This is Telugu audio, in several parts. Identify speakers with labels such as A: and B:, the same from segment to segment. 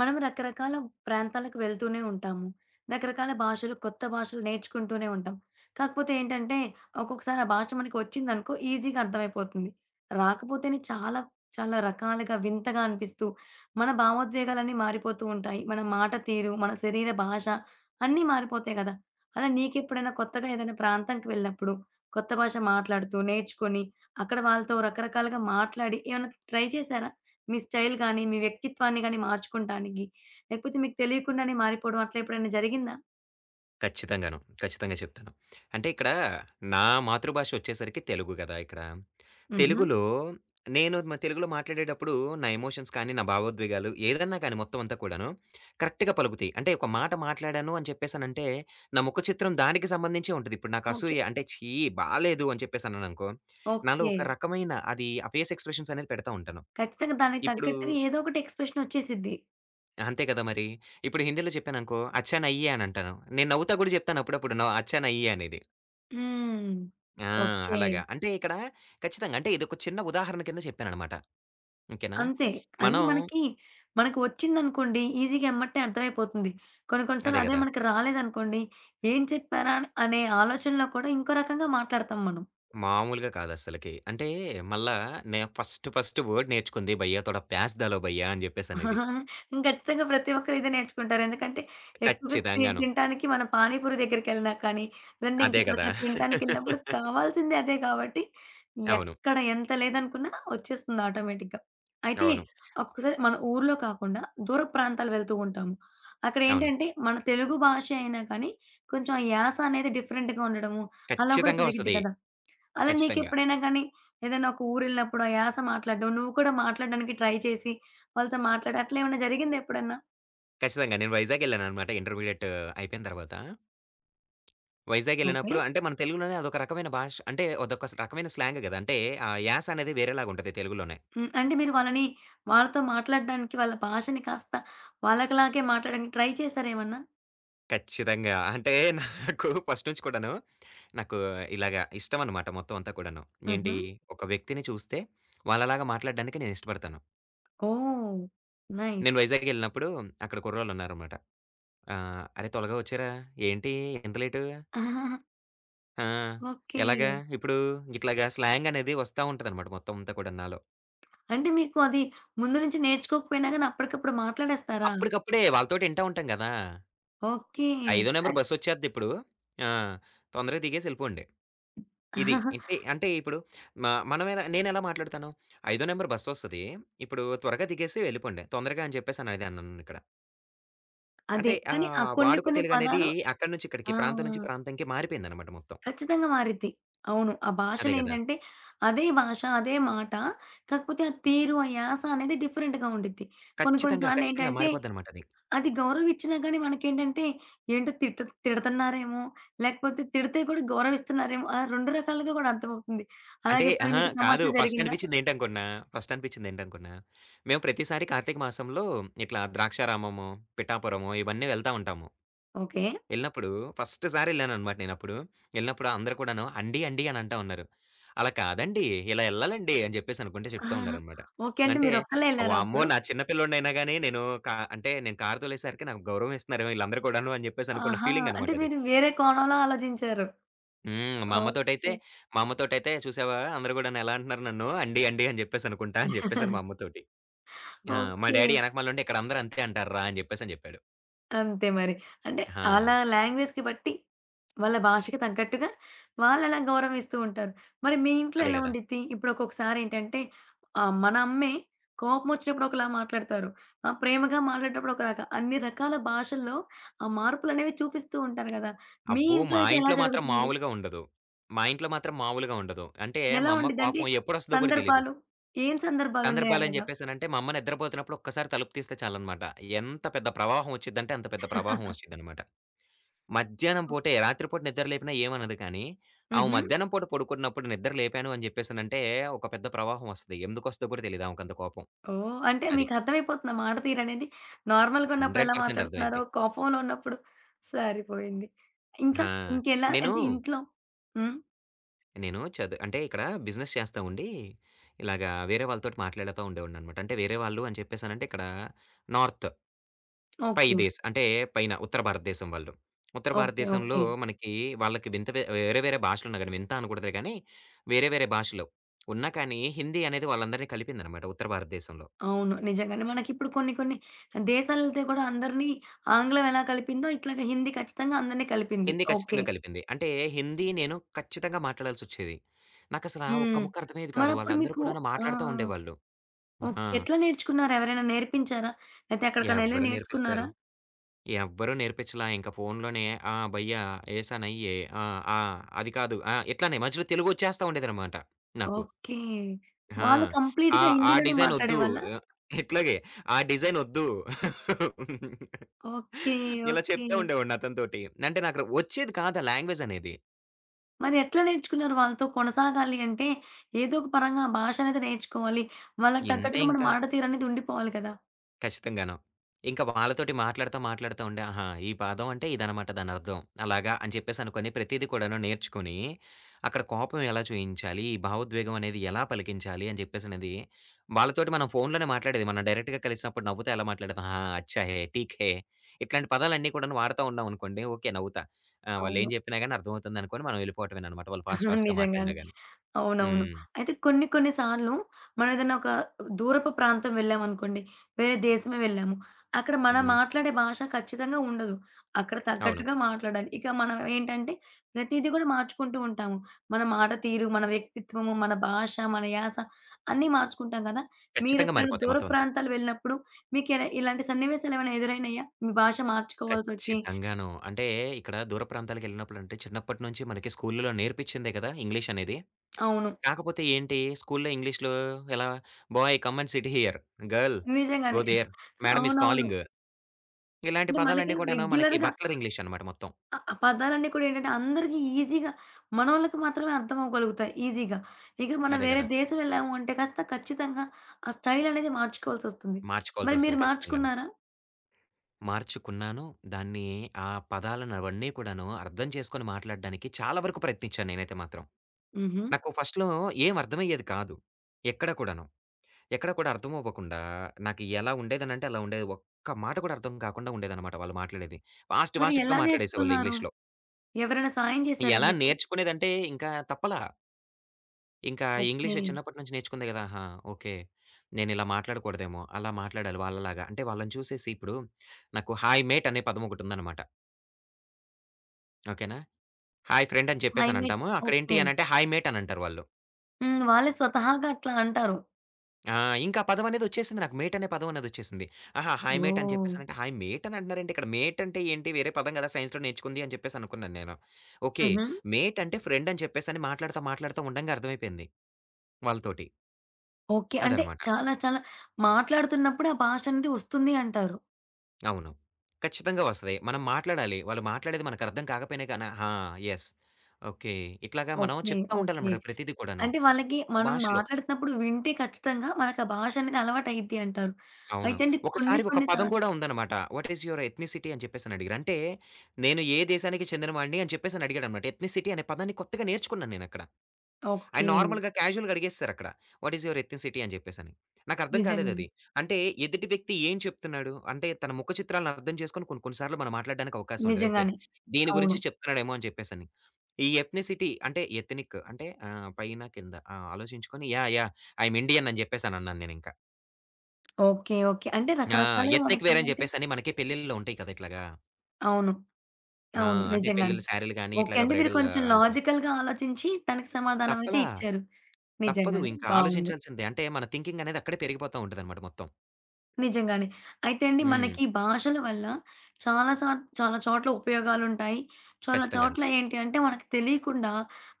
A: మనం రకరకాల ప్రాంతాలకు వెళ్తూనే ఉంటాము. రకరకాల భాషలు, కొత్త భాషలు నేర్చుకుంటూనే ఉంటాం. కాకపోతే ఏంటంటే, ఒక్కొక్కసారి ఆ భాష మనకి వచ్చిందనుకో ఈజీగా అర్థమైపోతుంది. రాకపోతేనే చాలా, చాలా రకాలుగా వింతగా అనిపిస్తూ, మన భావోద్వేగాలన్నీ మారిపోతూ ఉంటాయి. మన మాట తీరు, మన శరీర భాష అన్నీ మారిపోతాయి గదా! అలా నీకెప్పుడైనా కొత్తగా ఏదైనా ప్రాంతంకి వెళ్ళినప్పుడు, కొత్త భాష మాట్లాడుతూ, నేర్చుకొని, అక్కడ వాళ్ళతో రకరకాలుగా మాట్లాడి ఏమన్నా ట్రై చేశారా? మీ స్టైల్ గాని, మీ వ్యక్తిత్వాన్ని గాని మార్చుకుంటానికి, లేకపోతే మీకు తెలియకుండానే మారిపోవడం అట్లా ఎప్పుడైనా జరిగిందా?
B: ఖచ్చితంగాను. ఖచ్చితంగా చెప్తాను. అంటే ఇక్కడ నా మాతృభాష వచ్చేసరికి తెలుగు గదా! ఇక్కడ.
A: హుహు.
B: తెలుగులో నేను తెలుగులో మాట్లాడేటప్పుడు నా ఎమోషన్స్ కానీ, నా భావోద్వేగాలు ఏదన్నా కానీ మొత్తం అంతా కూడాను కరెక్ట్‌గా పలుకుతాయి. అంటే ఒక మాట మాట్లాడాను అని చెప్పేసనంటే, నా ముఖ చిత్రం దానికి సంబంధించే ఉంటది. ఇప్పుడు నాకు
A: ఓకే.
B: అసూయ అంటే ఛీ! బాలేదు అని చెప్పేసన్నాననుకో, నాలో
A: ఓకే.
B: ఒక రకమైన అది ఆ ఫేస్ ఎక్స్‌ప్రెషన్స్ అనేది పెడతా ఉంటాను.
A: ఖచ్చితంగా దానికి
B: ఇప్పుడు
A: తగ్గట్టుగా ఏదో ఒకటి ఎక్స్‌ప్రెషన్ వచ్చేసిద్ది.
B: అంతే కదా మరి. ఇప్పుడు హిందీలో చెప్పాననుకో, అచ్చా! నయ్యే అని అంటాను. నేను నవ్వుతా గూడా జెప్తాను అప్పుడప్పుడు. అచ్చా! నయ్యే అనేది.
A: హ్మ్.
B: ఆ!
A: ఓకే.
B: అలాగా. అంటే ఇక్కడ ఖచ్చితంగా అంటే ఇదొక చిన్న ఉదాహరణ కింద చెప్పాననమాట. ఓకేనా?
A: అంతే. అంటే
B: మనం
A: మనకి, మనకు వచ్చిందనుకోండి ఈజీగా ఎమ్మటే అర్థమైపోతుంది. కొన్ని కొన్ని సార్లు
B: అదే
A: అదే
B: గదా!
A: మనకు రాలేదనుకోండి, ఏం చెప్పారా అనే ఆలోచనలో కూడా ఇంకో రకంగా మాట్లాడతాం మనం.
B: మామూలుగా కాదస్సలకి. అంటే మళ్ళా నే ఫస్ట్ ఫస్ట్ వర్డ్ నేర్చుకుంది భయ్యా తోడా ప్యాస్ దాలో భయ్యా అని జెప్పేసనేది.
A: ఖచ్చితంగా ప్రతి ఒక్కరు ఇదే నేర్చుకుంటారు. ఎందుకంటే ఎక్కువగా
B: ఖచ్చితంగాను.
A: తినటానికి మనం పానీపూరి దగ్గరికెళ్ళినా కానీ, లేదంటే
B: అదే గదా!
A: ఇంకెక్కడికైనా తినటానికెళ్ళినప్పుడు కావాల్సింది అదే కాబట్టి,
B: అవును.
A: ఎక్కడ ఎంత లేదనుకున్నా వచ్చేస్తుంది ఆటోమేటిక్‌గా. అయితే
B: అవును.
A: ఒక్కొక్కసారి మన ఊర్లో కాకుండా దూర ప్రాంతాలు వెళ్తూ ఉంటాము.
B: అవును.
A: అక్కడేంటంటే మన తెలుగు భాషే అయినా కానీ కొంచెం ఆ యాస అనేది డిఫరెంట్‌గా ఉండడము అలా కూడా
B: ఖచ్చితంగా
A: జరిగిద్ది
B: వస్తది.
A: కదా! అలా
B: ఖచ్చితంగా.
A: నీకెప్పుడైనా గానీ, ఏదైనా ఒక ఊరెళ్ళినప్పుడు ఆ యాస మాట్లాడడం, నువ్వు కూడా మాట్లాడడానికి ట్రై చేసి, వాళ్ళతో మాట్లాడి అట్లా ఏమన్నా జరిగిందా ఎప్పుడన్నా?
B: ఖచ్చితంగా. నేను వైజాగెళ్ళాననమాట ఇంటర్మీడియేట్ అయిపోయిన తర్వాత.
A: ఓకే.
B: వైజాగెళ్ళినప్పుడు అంటే మన తెలుగులోనే అదొక రకమైన భాష అంటే అదొక రకమైన స్లాంగ్ గదా! అంటే ఆ యాస అనేది వేరేలాగుంటది తెలుగులోనే.
A: హ్మ్. అంటే మీరు వాళ్ళని వాళ్ళతో మాట్లాడడానికి, వాళ్ళ భాషని కాస్త వాళ్ళకిలాగే మాట్లాడడానికి ట్రై చేసారేమన్నా?
B: ఖచ్చితంగా. అంటే నాకు ఫస్ట్ నుంచి కూడాను నాకు ఇలాగ ఇష్టమనమాట మొత్తం అంతా కూడాను. ఏంటి
A: హుహు.
B: ఒక వ్యక్తిని చూస్తే వాళ్ళలాగా మాట్లాడడానికి నేను ఇష్టపడతాను.
A: ఓహ్! నైస్.
B: నేను వైజాగెళ్ళినప్పుడు అక్కడ కుర్రోళ్ళున్నారనమాట. ఆహ్, "అరే! త్వరగా వచ్చేరా! ఏంటి ఇంత లేటు? ఆ!
A: ఓకే.
B: ఎలాగా ఇప్పుడు?" ఇట్లాగా స్లాంగ్ అనేది వస్తా ఉంటదనమాట మొత్తం అంతా కూడా నాలో.
A: అంటే మీకు అది ముందు నుంచి నేర్చుకోకపోయినా గానీ అప్పటికప్పుడు మాట్లాడేస్తారా?
B: అప్పటికప్పుడే వాళ్ళతోటి ఇంటా ఉంటాం గదా!
A: ఓకే.
B: "ఐదో నంబర్
A: అన్
B: బస్సొచ్చేద్దిప్పుడు. ఆ! తొందరగా దిగేసి ఎళ్ళిపోండి." ఇది. అంటే అంటే ఇప్పుడు మ నేనెలా మాట్లాడతాను? ఐదో నంబర్ బస్సొస్తది. ఇప్పుడు త్వరగా దిగేసి వెళ్ళిపోండి. తొందరగా అని చెప్పేసి అనేదాన్నననిక్కడ.
A: అదే.
B: అంటే
A: కానీ ఆ
B: ఆహ్,
A: కొన్ని
B: వాడుక
A: కొన్ని
B: తెలుగనేది
A: పదాలు
B: అక్కడి నుంచి
A: ఆ!
B: ఇక్కడికి, ప్రాంతం నుంచి ప్రాంతంకి మారిపోయిందనమాట మొత్తం.
A: ఖచ్చితంగా మారిద్ది. అవును. ఆ
B: అదే గదా!
A: భాషలేంటంటే అదే భాష, అదే మాట. కాకపోతే ఆ తీరు, ఆ యాస అనేది డిఫరెంట్‌గా ఉండిద్ది. కొన్ని కొన్ని
B: ఖచ్చితంగా, ఖచ్చితంగా
A: సార్లేంటంటే
B: మారిపోద్దనమాట అది.
A: అది గౌరవం ఇచ్చినా గానీ మనకేంటంటే ఏంటో తిట్టు తిడతన్నారేమో, లేకపోతే తిడితే కూడా గౌరవిస్తున్నారేమో అలా 2 రకాలుగా కూడా అర్థమవుతుంది.
B: అంటే
A: అలాగే ఎప్పుడైనా
B: అహా!
A: మీకు
B: కాదు.
A: తమాషా
B: ఫస్ట్
A: జరిగిందా?
B: అనిపించిందేంటనుకున్నా, ఫస్ట్ అనిపించిందేంటనుకున్నా, మేము ప్రతిసారి కార్తీక మాసంలో ఇట్లా ద్రాక్షారామము, పిఠాపురము ఇవన్నీ వెళ్తా ఉంటాము.
A: ఓకే.
B: వెళ్ళినప్పుడు ఫస్ట్ సారి ఎళ్ళాననమాట నేనప్పుడు. ఎళ్ళినప్పుడు అందరూ కూడాను అండి, అండి అని అంటా ఉన్నారు. అలా కాదండి. ఇలా ఎళ్ళాలండి అని చెప్పేసి అనుకుంట చెప్తా
A: ఆహా.
B: ఉన్నారనమాట.
A: ఓకే. అంటే
B: అంటే
A: మీరొక్కళ్ళే ఎళ్లారా
B: వామ్మో!
A: అప్పుడు?
B: నా చిన్న పిల్లోడినైనా గాని నేను అంటే నేను కారు తోలేసరికి నాకు గౌరవం ఇస్తున్నారేమో ఈళ్ళందరూ కూడాను అని చెప్పేసి అనుకున్న
A: ఆహా!
B: ఫీలింగ్
A: అంటే
B: అనమాట అది.
A: మీరు వేరే కోణంలో ఆలోచించారు.
B: హ్మ్. మా అమ్మతోటైతే
A: ఓకే.
B: మా అమ్మతోటైతే చూసావా అందరూ గూడాను ఎలా అంటున్నారు నన్ను అండి, అండి అని చెప్పేసి అనుకుంటా అని చెప్పేసాను మా అమ్మతోటి. ఆ! మా
A: ఓకే.
B: డ్యాడీ ఎనకమాల నుండి ఇక్కడ అందరూ అంతే అంటార్రా అని చెప్పేసని చెప్పాడు.
A: అంతే మరి. అంటే
B: ఆ!
A: ఆళ్ళ లాంగ్వేజ్‌కి బట్టి, వాళ్ళ భాషకి తగ్గట్టుగా వాళ్ళలా గౌరవం ఇస్తూ ఉంటారు. మరి మీ ఇంట్లో
B: అదే
A: ఎలా
B: గదా!
A: ఉండిద్ది? ఇప్పుడు ఒక్కొక్కసారి ఏంటంటే ఆహ్, మన అమ్మే కోపమొచ్చినప్పుడు ఒకలా మాట్లాడతారు. ఆహ్, ప్రేమగా మాట్లాడేటప్పుడు ఒకలాగా. అన్ని రకాల భాషల్లో ఆ మార్పులనేవి చూపిస్తూ ఉంటారు గదా! మీ
B: అబ్బో!
A: ఇంట్లో
B: మా
A: అయితే ఎలా
B: ఇంట్లో మాత్రం
A: జరుగుతుంది?
B: మామూలుగా ఉండదు. మా ఇంట్లో మాత్రం మామూలుగా ఉండదు. అంటే
A: ఎలా
B: మా అమ్మకి
A: ఉండిద్ది? అంటే
B: కోపం ఎప్పుడొస్తదో కూడా తెలీదు.
A: సందర్భాలు? ఏం సందర్భాలున్నాయి
B: సందర్భాలని
A: అలాగా?
B: జెప్పేసనంటే మా అమ్మ నిద్రపోతున్నప్పుడు ఒక్కసారి తలుపు తీస్తే చాలనమాట. ఎంత పెద్ద ప్రవాహం ఒచ్చిద్దంటే అంత పెద్ద ప్రవాహం ఒచ్చిద్దనమాట. మధ్యాహ్నం పూటే రాత్రి పూట నిద్ర లేపినా ఏమనదు కానీ, ఆమె
A: హుహు.
B: మధ్యాహ్నం పూట పడుకున్నప్పుడు నిద్ర లేపాను అని జెప్పేసనంటే ఒక పెద్ద ప్రవాహం ఒస్తది. ఎందుకొస్తదో కూడా తెలీదు ఆమెకంత కోపం.
A: ఓహ్! అంటే
B: అది.
A: మీకర్థమైపోతుందా మాట తీరనేది? నార్మల్‌గా ఉన్నప్పుడు ఎలా
B: 100%
A: మాట్లాడుతున్నారో,
B: అర్థమైద్ది.
A: కోపంలో ఉన్నప్పుడు సరిపోయింది. ఇంకా
B: ఆ!
A: ఇంకెలా
B: నేను
A: అంటే ఇంట్లో హ్మ్.
B: నేను అంటే ఇక్కడ బిజినెస్ చేస్తా ఉండి, ఇలాగా వేరే వాళ్ళతోటి మాట్లాడతా ఉండేవాడిననమాట. అంటే వేరే వాళ్ళు అని చెప్పేసనంటే ఇక్కడ నార్త్ పై
A: ఓకే.
B: దేశ్ అంటే పైన ఉత్తర భారతదేశం వాళ్ళు. ఉత్తర
A: ఓకే.
B: భారతదేశంలో
A: ఓకే.
B: మనకి వాళ్ళకి వింత వే వేరే వేరే భాషలున్నా గాని వింత అనకూడదులే గానీ, వేరే వేరే భాషలు ఉన్నా కానీ హిందీ అనేది వాళ్ళందరిని కలిపిందనమాట ఉత్తర భారతదేశంలో.
A: అవును. నిజంగానే. మనకిప్పుడు కొన్ని కొన్ని దేశాలెళ్తే కూడా అందరినీ ఆంగ్లం ఎలా కలిపిందో ఇట్లాగ హిందీ ఖచ్చితంగా అందరిని కలిపింది.
B: హిందీ
A: ఓకే.
B: ఖచ్చితంగా కలిపింది. అంటే హిందీ నేను ఖచ్చితంగా మాట్లాడాల్సొచ్చేది. నాకసలా ఒక్క
A: హ్మ్.
B: ముక్క అర్థమయ్యేది కాదు.
A: మరప్పుడు
B: వాళ్ళందరూ
A: మీకు
B: కూడాను
A: ఆ!
B: మాట్లాడుతా ఉండేవాళ్ళు.
A: ఓకే.
B: ఆ!
A: ఎట్లా నేర్చుకున్నారు? ఎవరైనా నేర్పించారా? లేతే ఎక్కడికైనా ఎళ్లి
B: ఎవ్వరు
A: నేర్చుకున్నారా?
B: నేర్పిస్తారు. ఎవ్వరు నేర్పించలా. ఇంక ఫోన్‌లోనే ఆ! భయ్యా ఏసా నయ్యే ఆ! ఆ! అది కాదు ఆ! ఇట్లానే మధ్యలో తెలుగొచ్చేస్తా ఉండేదనమాట నాకు.
A: ఓకే.
B: ఆ!
A: వాళ్ళు
B: ఆ!
A: కంప్లీట్‌గా
B: ఆ
A: హిందీలోనే
B: డిజైనొద్దు.
A: మాట్లాడేవాళ్ళా?
B: ఆహ్, ఇట్లాగే ఆ డిజైనొద్దు.
A: ఓకే.
B: ఇలా
A: ఓకే.
B: చెప్తా ఉండేవాడిని అతనితోటి. అంటే నాకు వచ్చేది కాదు ఆ లాంగ్వేజనేది.
A: మరి ఎట్లా నేర్చుకున్నారు? వాళ్ళతో కొనసాగాలి అంటే, ఏదో ఒక పరంగా ఆ భాష అనేది నేర్చుకోవాలి. వాళ్ళకి
B: ఇంతే
A: తగ్గట్టుగా మన
B: ఇంక.
A: మాట తీరనేది ఉండిపోవాలి కదా!
B: ఖచ్చితంగాను. ఇంక వాళ్ళతోటి మాట్లాడుతా, మాట్లాడుతా ఉండి, ఆహా! ఈ పాదం అంటే ఇదనమాట దానర్థం. అలాగా అని చెప్పేసనుకోని ప్రతీది కూడాను నేర్చుకొని, అక్కడ కోపం ఎలా చూయించాలి? ఈ భావోద్వేగం అనేది ఎలా పలికించాలి? అని జెప్పేసనేది వాళ్ళతోటి మనం ఫోన్‌లోనే మాట్లాడేది. మనం డైరెక్ట్‌గా కలిసినప్పుడు నవ్వుతా ఎలా మాట్లాడతాం? ఆ! అచ్చా హే! ఠీక్ హే! ఇట్లాంటి పదాలన్నీ కూడాను వాడతా ఉన్నామనుకోండి, ఓకే. నవ్వుతా. ఆ! వాళ్ళేం
A: అవును.
B: జెప్పినా గాని అర్థమవుతుందనుకోని మనం యెళ్ళిపోవటమేననమాట. వాళ్ళు ఫాస్ట్ ఫాస్ట్‌గా
A: నిజంగానే.
B: మాట్లాడినా గాని.
A: అవునవును.
B: హ్మ్.
A: అయితే కొన్ని కొన్ని సార్లు మనం ఏదైనా ఒక దూరపు ప్రాంతం వెళ్ళామనుకోండి, వేరే దేశమే వెళ్ళాము. అక్కడ మనం
B: హ్మ్.
A: మాట్లాడే భాష ఖచ్చితంగా ఉండదు. అక్కడ
B: అవును.
A: తగ్గట్టుగా మాట్లాడాలి. ఇక మనం ఏంటంటే ప్రతీది కూడా మార్చుకుంటూ ఉంటాము. మన మాట తీరు, మన వ్యక్తిత్వము, మన భాష, మన యాస అన్నీ మార్చుకుంటాం కదా!
B: ఖచ్చితంగా
A: మీరెప్పుడైనా
B: మారిపోతాయి
A: దూర
B: మొత్తం అంతా.
A: ప్రాంతాలు వెళ్ళినప్పుడు మీకు ఇలా ఇలాంటి సన్నివేశాలు ఏమైనా ఎదురైనాయా? మీ భాష మార్చుకోవాల్సొచ్చి
B: ఖచ్చితంగాను. అంటే ఇక్కడ దూర ప్రాంతాలకెళ్ళినప్పుడంటే చిన్నప్పటి నుంచి మనకి స్కూలులో నేర్పించిందే కదా! ఇంగ్లీష్ అనేది.
A: అవును.
B: కాకపోతే ఏంటి స్కూలులో ఇంగ్లీష్‌లో ఎలా boy come and sit here, girl go
A: నిజంగానే.
B: దేర్, మేడమ్ ఈస్
A: అవునవును.
B: కాలింగ్ ఇలాంటి
A: అంటే మనకి
B: పదాలన్నీ కూడాను మనకి
A: రెగ్యులర్‌గా
B: బట్లర్ ఇంగ్లీష్ అనమాట మొత్తం.
A: ఆ! ఆ పదాలన్నీ కూడా ఏంటంటే అందరికి ఈజీగా మనోళ్ళకి మాత్రమే అర్థమవ్వగలుగుతాయి ఈజీగా. ఇక మనం
B: అదే
A: వేరే
B: కదా!
A: దేశం వెళ్ళాము అంటే కాస్త ఖచ్చితంగా ఆ స్టైల్ అనేది మార్చుకోవాల్సొస్తుంది. మరి మీరు
B: మార్చుకోవాల్సొస్తది ఖచ్చితంగాను.
A: మార్చుకున్నారా?
B: మార్చుకున్నాను. దాన్ని ఆ పదాలను అవన్నీ కూడాను అర్థం చేసుకొని మాట్లాడడానికి చాలా వరకు ప్రయత్నించాను నేనైతే మాత్రం.
A: హుహు.
B: నాకు ఫస్ట్‌లో ఏం అర్థమయ్యేది కాదు. ఎక్కడ కూడాను. ఎక్కడ కూడా అర్థం అవ్వకుండా, నాకు ఎలా ఉండేదనంటే అలా ఉండేది. ఒక్క మాట కూడా అర్థం కాకుండా ఉండేదనమాట వాళ్ళు మాట్లాడేది. ఫాస్ట్
A: మరి
B: ఫాస్ట్‌గా
A: ఎలా
B: మాట్లాడేసేవాళ్ళు
A: నేర్చుకున్నారు?
B: ఇంగ్లీష్‌లో.
A: ఎవరైనా సాయం చేశారా
B: ఎలా
A: మీకు?
B: నేర్చుకునేదంటే ఇంకా తప్పలా. ఇంకా
A: ఓకే.
B: ఇంగ్లీష్ చిన్నప్పటి నుంచి నేర్చుకుంది గదా! ఆహా! ఓకే. నేనిలా మాట్లాడకూడదేమో, అలా మాట్లాడాలి వాళ్ళలాగా. అంటే వాళ్ళని చూసేసి ఇప్పుడు నాకు హాయ్ మేట్ అనే పదం ఒకటుందనమాట. ఓకేనా? హాయ్ ఫ్రెండ్ అని
A: ఐ మీన్
B: చెప్పేసనంటాము.
A: ఓకే.
B: అక్కడేంటి అనంటే హాయ్ మేట్ అనంటారు వాళ్ళు.
A: హ్మ్. వాళ్ళే స్వతహాగా అట్లా అంటారు.
B: ఆ! ఇంకా ఆ పదమనేది వచ్చేసింది నాకు. మేట్ అనే పదం అనేది వచ్చేసింది. ఆహా! హాయ్ మేట్ అని
A: ఓహ్!
B: చెప్పేసనంటే, హాయ్ మేట్ అని అంటున్నారేంటి ఇక్కడ? మేట్ అంటే ఏంటి? వేరే పదం గదా! సైన్స్‌లో నేర్చుకుంది అని చెప్పేసి అనుకున్నాను నేను. ఓకే.
A: హుహు.
B: మేట్ అంటే ఫ్రెండ్ అని చెప్పేసని మాట్లాడుతా, మాట్లాడుతా ఉండంగా అర్థమైపోయింది వాళ్ళతోటి.
A: ఓకే. అంటే
B: అదనమాట.
A: చాలా చాలా మాట్లాడుతున్నప్పుడే ఆ భాష అనేది వస్తుంది అంటారు.
B: అవును. ఖచ్చితంగా వస్తది. మనం మాట్లాడాలి. వాళ్ళు మాట్లాడేది మనకు అర్థం కాకపోయినా గాని ఆ! యెస్. ఓకే. ఇట్లాగా మనం
A: ఓకే.
B: చెప్తా
A: ఓకే.
B: ఉండాలనమాట ప్రతీది కూడాను.
A: అంటే వాళ్ళకి
B: ఒక్కొక్క
A: మనం
B: భాషలో.
A: మాట్లాడుతున్నప్పుడు వింటే ఖచ్చితంగా మనకు ఆ భాష అనేది అలవాటయిద్ది అంటారు.
B: అవును.
A: అయితే అండి కొన్ని
B: ఒకసారి ఒక
A: కొన్ని
B: పదం
A: సార్లు
B: కూడా ఉందన్నమాట. వాట్ ఈస్ యువర్ ఎథ్నిసిటీ అని చెప్పేసని అడిగారు. అంటే నేను ఏ దేశానికి చెందిన వాడిని అని చెప్పేసని అడిగాడన్నమాట. ఎథ్నిసిటీ అనే పదాన్ని కొత్తగా నేర్చుకున్నాను నేనక్కడ. ఆయన
A: ఓకే.
B: నార్మల్‌గా క్యాజుయల్‌గా అడిగేసారక్కడ. వాట్ ఈస్ యువర్ ఎథ్నిసిటీ అని చెప్పేసని. నాకర్థం
A: నిజంగానే.
B: కాలేదది. అంటే ఎదుటి వ్యక్తి ఏం చెప్తున్నాడు? అంటే తన ముఖ చిత్రాలను అర్థం చేసుకొని కొన్ని కొన్ని సార్లు మనం మాట్లాడడానికి అవకాశం ఉంటది. ఓకే.
A: నిజంగానే.
B: దీని
A: అవును.
B: గురించి చెప్తున్నాడేమో అని చెప్పేసని. ఈ ఎథ్నిసిటీ అంటే ఎథ్నిక్ అంటే ఆహ్, పైన కింద ఆహ్, ఆలోచించుకొని yeah! Yeah! I am Indian అని చెప్పేసనన్నాను నేనింక.
A: ఓకే. ఓకే. అంటే
B: ఆ!
A: రకరకాలుగా
B: ఎత్నిక్ వేర్ అని
A: మనకేంటంటే
B: జెప్పేసని మనకి పెళ్ళిళ్ళలో ఉంటాయి కదా! ఇట్లాగా.
A: అవును.
B: ఆ!
A: అవును.
B: అంటే
A: నిజంగానే.
B: పెళ్ళిళ్ళ శారీలు గాని,
A: ఓకే.
B: ఇట్లాగా
A: అంటే మీరు
B: బ్రైడల్
A: కొంచెం
B: అంటే
A: లాజికల్‌గా ఆలోచించి తనకి సమాధానం అయితే
B: తప్పలా.
A: ఇచ్చారు.
B: తప్పదు.
A: నిజంగానే
B: ఇంకా
A: బావుంది.
B: ఆలోచించాల్సిందే. అంటే మన థింకింగ్ అనేది అక్కడే పెరిగిపోతా ఉంటదన్నమాట మొత్తం.
A: నిజంగానే. అయితే అండి
B: హ్మ్.
A: మనకి ఈ భాషల వల్ల చాలా చాలా చోట్ల ఉపయోగాలుంటాయి. చాలా
B: ఖచ్చితంగాను.
A: చోట్ల ఏంటి అంటే మనకు తెలియకుండా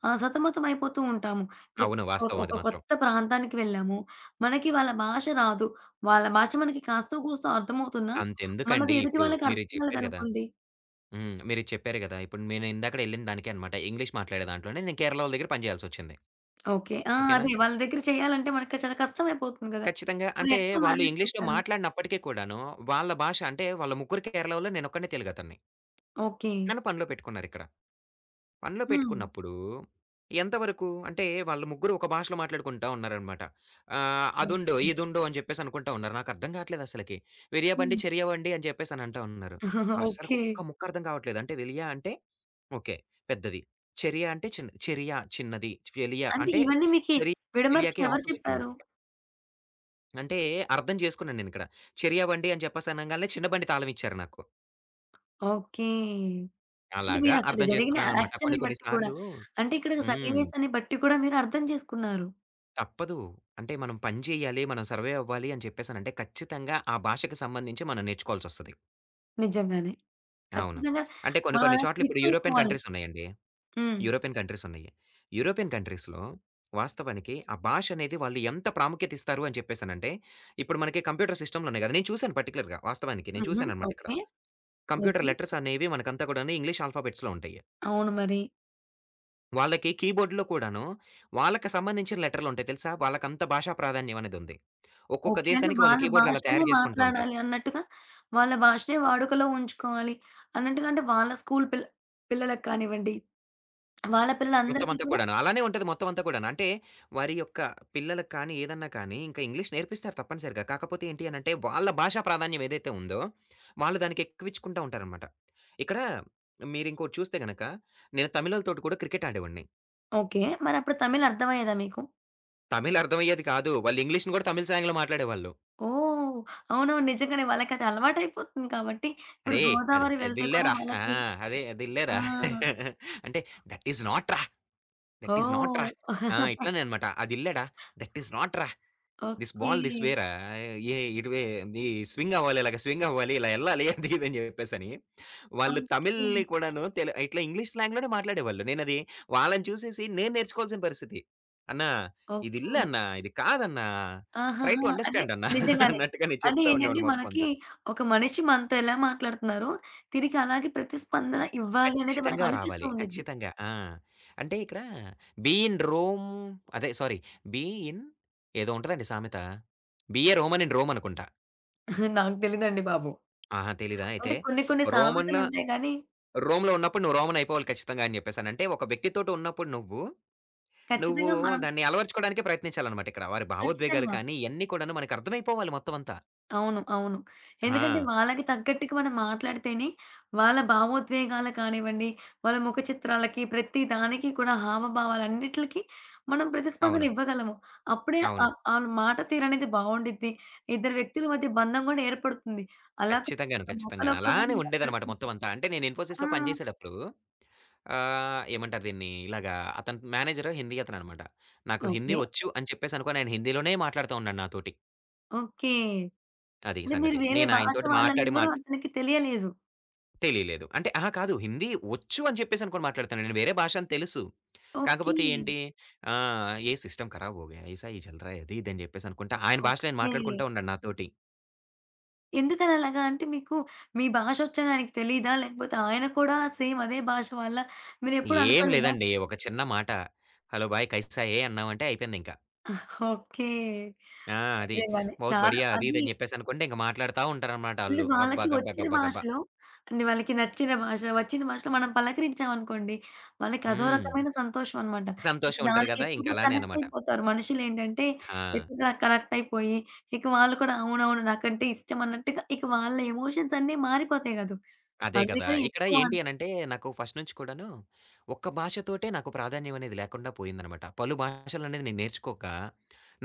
A: ఆహ్, సతమతం అయిపోతూ ఉంటాము. ఇప్పుడు
B: అవును. వాస్తవం
A: ఒక
B: అది మాత్రం.
A: కొత్త ప్రాంతానికి వెళ్ళాము. మనకి వాళ్ళ భాష రాదు. వాళ్ళ భాష మనకి కాస్తో కూస్తో అర్థమవుతున్నా, మనది
B: అంతెందుకండి
A: ఎదుటి
B: ఇప్పుడు
A: వాళ్ళకి అర్థం
B: మీరిది చెప్పారు గదా!
A: కాలేదనుకోండి
B: హ్మ్. మీరిది చెప్పారు గదా! ఇప్పుడు నేను ఇందాకడ ఎళ్ళిన దానికే అన్నమాట. ఇంగ్లీష్ మాట్లాడే దాంట్లోనే నేను కేరళ వాళ్ళ దగ్గర పని జేయాల్సొచ్చింది.
A: ఓకే. ఆ!
B: ఓకేనా?
A: అదే వాళ్ళ దగ్గర చేయాలంటే మనకి చాలా కష్టమైపోతుంది కదా!
B: ఖచ్చితంగా
A: మరి
B: అంటే
A: ఎట్లా
B: వాళ్ళు
A: మేనేజ్
B: ఇంగ్లీష్‌లో
A: చేశారు?
B: మాట్లాడినప్పటికి కూడాను వాళ్ళ భాష అంటే వాళ్ళ ముగ్గురు కేరళ వోళ్ళు నేనొక్కడినే తెలుగతన్ని.
A: ఓకే.
B: నన్ను పనిలో పెట్టుకున్నారిక్కడ. పనిలో
A: హ్మ్.
B: పెట్టుకున్నప్పుడు ఎంతవరకు అంటే వాళ్ళు ముగ్గురు ఒక భాషలో మాట్లాడుకుంటా ఉన్నారనమాట. ఆహ్, అదుండో,
A: ఓకే.
B: ఇదుండో అని చెప్పేసి అనుకుంటా ఉన్నారు. నాకర్థం కావట్లేదు అసలకి. వెలియా బండి,
A: హ్మ్.
B: చెరియా బండి అని చెప్పేసి అని అంటా ఉన్నారు. అస్సలకి
A: ఓకే.
B: ఒక్క ముక్క అర్థం కావట్లేదు. అంటే వెలియా అంటే ఓకే. పెద్దది. చెరియా అంటే చిన్నది. చెరియా చిన్నది. వెలియా
A: అంటే
B: అంటే
A: ఇవన్నీ మీకి
B: చెరి
A: విడమర్చి
B: వెలియాకి
A: ఎవరు
B: ఆపోజిట్
A: చెప్పారు?
B: అనమాట. అంటే అర్థం చేసుకున్నాను నేనిక్కడ. చెరియా బండి అని చెప్పేసి అనంగాల్నే చిన్న బండి తాళం ఇచ్చారు నాకు.
A: ఓకే. అంటే
B: అలాగా
A: మీరక్కడ
B: అర్థం
A: జరిగిన
B: చేసుకున్నాననమాట. కొన్ని
A: యాక్షన్‌ని
B: కొన్ని
A: బట్టి గూడా,
B: సార్లు
A: అంటే ఇక్కడ
B: హ్మ్.
A: సన్నివేశాన్ని బట్టి కూడా మీరు అర్థం చేసుకున్నారు.
B: తప్పదు. అంటే మనం పని చేయాలి, మనం సర్వైవ్ అవ్వాలి అని చెప్పేసనంటే ఖచ్చితంగా ఆ భాషకి సంబంధించి మనం నేర్చుకోవాల్సొస్తది.
A: నిజంగానే.
B: అవును.
A: ఖచ్చితంగా
B: అంటే కొన్ని
A: మనం
B: కొన్ని
A: అలా
B: చోట్ల ఇప్పుడు
A: స్విచ్
B: యూరోపియన్
A: అయిపోవాలి.
B: కంట్రీస్ ఉన్నాయండి.
A: హ్మ్.
B: యూరోపియన్ కంట్రీస్ ఉన్నాయి. యూరోపియన్ కంట్రీస్‌లో వాస్తవానికి ఆ భాష అనేది వాళ్ళు ఎంత ప్రాముఖ్యత ఇస్తారు అని చెప్పేసనంటే, ఇప్పుడు మనకి కంప్యూటర్ సిస్టమ్‌లు ఉన్నాయి గదా! నేను చూసాను పర్టిక్యులర్‌గా వాస్తవానికి నేను
A: హుహు.
B: చూసాననమాట ఇక్కడ.
A: ఓకే.
B: Computer
A: okay.
B: లెటర్స్ అనేవి మనకంతా కూడాను ఇంగ్లీష్ ఆల్ఫాబెట్స్‌లో ఉంటాయి.
A: అవును మరి.
B: వాళ్ళకి కీబోర్డ్‌లో కూడాను వాళ్ళకి సంబంధించిన లెటర్‌లుంటాయి తెలుసా? వాళ్ళకంత భాషా ప్రాధాన్యం అనేదుంది. ఒక్కొక్క
A: ఓకే. అంటే
B: దేశానికి వాళ్ళు
A: వాళ్ళ
B: కీబోర్డ్‌లు అలా
A: భాషనే
B: తయారు చేసుకుంటూ ఉంటారు.
A: మాట్లాడాలి అన్నట్టుగా, వాళ్ళ భాషనే వాడుకలో ఉంచుకోవాలి అన్నట్టుగా అంటే వాళ్ళ స్కూల్ పిల్లలకి కానివ్వండి, వాళ్ళ
B: మొత్తం
A: పిల్లలందరికీ
B: అంతా
A: కూడా
B: కూడాను. అలానే ఉంటది మొత్తం అంతా కూడాను. అంటే వారి యొక్క పిల్లలకి కానీ, ఏదన్నా కానీ ఇంకా ఇంగ్లీష్ నేర్పిస్తారు తప్పనిసరిగా. కాకపోతే ఏంటి అనంటే వాళ్ళ భాషా ప్రాధాన్యం ఏదైతే ఉందో వాళ్ళు దానికి ఎక్కువిచ్చుకుంటా ఉంటారనమాట. ఇక్కడ మీరింకోటి చూస్తే గనక నేను తమిళోళ్ళతోటి కూడా క్రికెట్ ఆడేవాడిని.
A: ఓకే. మరప్పుడు తమిళ్ అర్థమయ్యేదా మీకు?
B: తమిళ్ అర్థమయ్యేది కాదు. వాళ్ళు ఇంగ్లీష్‌ని కూడా తమిళ్ స్లాంగ్‌లో మాట్లాడేవాళ్ళు.
A: ఓహ్! అవునవును. నిజంగానే వాళ్ళకది అలవాటైపోతుంది కాబట్టి, ఇప్పుడు
B: అరే! అదే
A: గోదావరి వెళ్తే కూడా
B: అదిల్లేరా. ఆ!
A: వాళ్ళకి
B: అదే
A: ఆ!
B: అదిల్లేరా. అంటే దట్ ఈస్ నాట్ రా. దట్ ఈస్ నాట్ రా.
A: ఓహ్!
B: ఆ! ఇట్లనే అనమాట. అదిల్లేడా దట్ ఈస్ నాట్ రా. This
A: okay.
B: Ball this way రా. ఏ ఇటువే ఈ స్వింగ్ అవ్వాలి. ఇలాగ స్వింగ్ అవ్వాలి. ఇలా ఎళ్ళాలి అది ఇది అని చెప్పేసని. వాళ్ళు
A: ఓకే.
B: తమిళ్‌ని కూడాను ఇట్లా ఇంగ్లీష్ స్లాంగ్‌లోనే మాట్లాడేవాళ్ళు. నేనది వాళ్ళని చూసేసి నేను నేర్చుకోవాల్సిన పరిస్థితి. "అన్న ఇదిల్లే
A: ఓకే.
B: అన్న. ఇది కాదన్నా. ట్రై
A: ఆహాహా!
B: టు
A: అంటే
B: అండర్‌స్టాండ్ అన్న"
A: నిజంగానే.
B: అన్నట్టుగా నేను
A: అంటే
B: చెప్తా
A: ఏంటంటే
B: ఉండేవాడిని మొత్తం
A: మనకి
B: అంతా.
A: ఒక మనిషి మనతో ఎలా మాట్లాడుతున్నారో, తిరిగి అలాగే ప్రతిస్పందన ఇవ్వాలి అనేది మనకు
B: ఖచ్చితంగా
A: అనిపిస్తూ
B: రావాలి.
A: ఉండిద్ది.
B: ఖచ్చితంగా. ఆ! అంటే ఇక్కడ 'బీ ఇన్ రోమ్' అదే సారీ 'బీ ఇన్' ఏదో ఉంటదండి సామెత. 'Be a Roman in Rome' అనుకుంటా.
A: నాకు తెలీదండి బాబు.
B: ఆహా! తెలీదా
A: అంటే
B: అయితే?
A: కొన్ని కొన్ని
B: రోమన్‌లో
A: సామెతలుంటాయి గానీ,
B: రోమ్‌లో ఉన్నప్పుడు నువ్వు రోమన్ అయిపోవాలి ఖచ్చితంగా అని చెప్పేసని. అంటే ఒక వ్యక్తితోటి ఉన్నప్పుడు నువ్వు, నువ్వు
A: ఖచ్చితంగా మనం
B: దాన్ని అలవరచుకోవడానికే ప్రయత్నించాలన్నమాట ఇక్కడ. వారి భావోద్వేగాలు
A: ఖచ్చితంగా.
B: కానీ ఇయన్నీ కూడాను మనకు అర్థమైపోవాలి మొత్తం అంతా.
A: అవును. అవును. ఎందుకంటే
B: ఆ!
A: వాళ్ళకి తగ్గట్టుగా మనం మాట్లాడితేనే వాళ్ళ భావోద్వేగాలు కానివ్వండి, వాళ్ళ ముఖ చిత్రాలకి ప్రతి దానికి కూడా హావభావాలన్నిట్లికి మనం ప్రతిస్పందన
B: అవును.
A: ఇవ్వగలము. అప్పుడే
B: అవును.
A: ఆహ్, ఆళ్ళ మాట తీరనేది బావుండిద్ది. ఇద్దరు వ్యక్తుల మధ్య బంధం గూడా ఏర్పడుతుంది. అలా
B: ఖచ్చితంగాను.
A: కాకుండా
B: ఖచ్చితంగాను.
A: ఒకళ్ళొకళ్ళని
B: అలానే ఉండేదన్నమాట
A: మాట్లాడుకుంటూ
B: మొత్తం అంతా. అంటే నేను
A: ఆ!
B: ఇన్ఫోసిస్‌లో పనిచేసేటప్పుడు ఆహ్, ఏమంటారు దీన్ని? ఇలాగా అతను మేనేజర్ హిందీ అతననమాట. నాకు హిందీ
A: ఓకే.
B: వచ్చు అని చెప్పేసనుకోని ఆయన హిందీలోనే మాట్లాడుతా ఉన్నాడు నాతోటి.
A: ఓకే.
B: అది
A: అంటే మీరు
B: సంగతి.
A: వేరే
B: నేను
A: భాష
B: ఆయనతోటి
A: వాళ్ళని
B: మాట్లాడి
A: గూడా అతనికి తెలియలేదు.
B: తెలియలేదు. అంటే అహా! కాదు హిందీ వచ్చు అని చెప్పేసనుకోని మాట్లాడుతానండి. వేరే భాష అని తెలుసు.
A: ఓకే.
B: కాకపోతే ఏంటి ఆహ్, "ఏ సిస్టమ్ ఖరాబ్ హో గయా, ఐసా ఈ చల్ రहा హై" అది ఇది అని చెప్పేసనుకుంటా ఆయన భాషలో ఆయన
A: ఓకే.
B: మాట్లాడుకుంటా ఉన్నాడు నాతోటి.
A: ఎందుకని అలాగా? అంటే మీకు మీ భాషొచ్చని ఆయనకి తెలీదా? లేకపోతే ఆయన కూడా సేమ్ అదే భాష వాళ్ళా? మీరెప్పుడు
B: ఏం
A: అనుకోలేదా?
B: లేదండి. ఒక చిన్న మాట. "హలో! భాయ్ కైసా హై" అన్నామంటే అయిపోయిందింక.
A: ఓకే.
B: ఆ! అది.
A: నిజంగానే.
B: "బహుత్
A: చాలా
B: బడియా" అది ఇది
A: అది
B: అని చెప్పేసనుకుంటే ఇంక మాట్లాడుతా ఉంటారనమాట
A: వీళ్ళు
B: ఆళ్ళు. గబ్బా
A: వాళ్ళకి
B: గబ్బా
A: వచ్చిన
B: గబ్బా గబ్బా.
A: భాషలో అంటే వాళ్ళకి నచ్చిన భాష, వచ్చిన భాషలో మనం పలకరించామనుకోండి, వాళ్ళకి అదో
B: హ్మ్.
A: రకమైన సంతోషం అనమాట. ఇక
B: సంతోషం ఉంటది
A: దానికి
B: గదా! ఇంక
A: ఎక్కువగా
B: అలానే
A: కనెక్ట్
B: అన్నమాట.
A: అయిపోతారు. మనుషులేంటంటే
B: ఆ!
A: ఎక్కువగా కనెక్ట్ అయిపోయి, ఇక వాళ్ళు కూడా అవునవును నాకంటే ఇష్టం అన్నట్టుగా ఇక వాళ్ళ ఎమోషన్స్ అన్నీ మారిపోతాయి గదు.
B: అదే కదా!
A: అందుకని
B: ఇక్కడ
A: ఎక్కువ
B: ఏంటి అనంటే, నాకు ఫస్ట్ నుంచి కూడాను ఒక్క భాషతోటే నాకు ప్రాధాన్యం అనేది లేకుండా పోయిందనమాట. పలు భాషలనేది నేను నేర్చుకోక,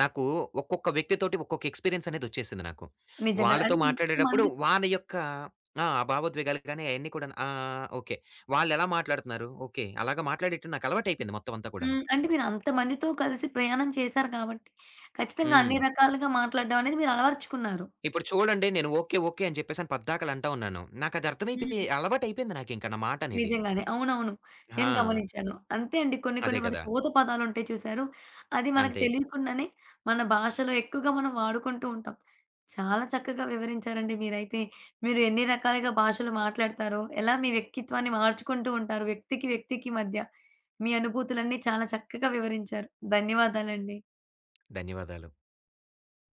B: నాకు ఒక్కొక్క వ్యక్తితోటి ఒక్కొక్క ఎక్స్‌పీరియన్స్ అనేదొచ్చేసింది నాకు.
A: నిజంగానే.
B: వాళ్ళతో
A: అంటే
B: మాట్లాడేటప్పుడు
A: ఇంతమందితో
B: వాళ్ళ యొక్క ఆ! భావోద్వేగాలు గాని అయన్నీ కూడాను ఆ! ఓకే. వాళ్ళెలా మాట్లాడుతున్నారు? ఓకే. అలాగా మాట్లాడేయటం నాకు అలవాటయిపోయింది మొత్తం అంతా కూడాను.
A: హ్మ్. అంటే మీరంతమందితో కలిసి ప్రయాణం చేశారు కాబట్టి, ఖచ్చితంగా
B: హ్మ్.
A: అన్ని రకాలుగా మాట్లాడడం అనేది మీరు అలవరుచుకున్నారు.
B: ఇప్పుడు చూడండి నేను ఓకే. ఓకే. అని చెప్పేసని పద్దాకల అంటా ఉన్నాను. నాకది
A: హ్మ్.
B: అర్థమైపోయి అలవాటయిపోయింది నాకింక నా మాటనేది.
A: నిజంగానే. అవునవును. నేను
B: ఆ!
A: గమనించాను. అంతే అండి. కొన్ని కొన్ని
B: అదే
A: మనకి
B: కదా!
A: ఊత పదాలుంటాయి చూసారు? అది మనకు
B: అంతే.
A: తెలియకుండానే మన భాషలో ఎక్కువగా మనం వాడుకుంటూ ఉంటాం. చాలా చక్కగా వివరించారండి మీరైతే. మీరు ఎన్ని రకాలుగా భాషలు మాట్లాడతారో, ఎలా మీ వ్యక్తిత్వాన్ని మార్చుకుంటూ ఉంటారు వ్యక్తికి, వ్యక్తికి మధ్య. మీ అనుభూతులన్నీ చాలా చక్కగా వివరించారు. ధన్యవాదాలండి.
B: ధన్యవాదాలు.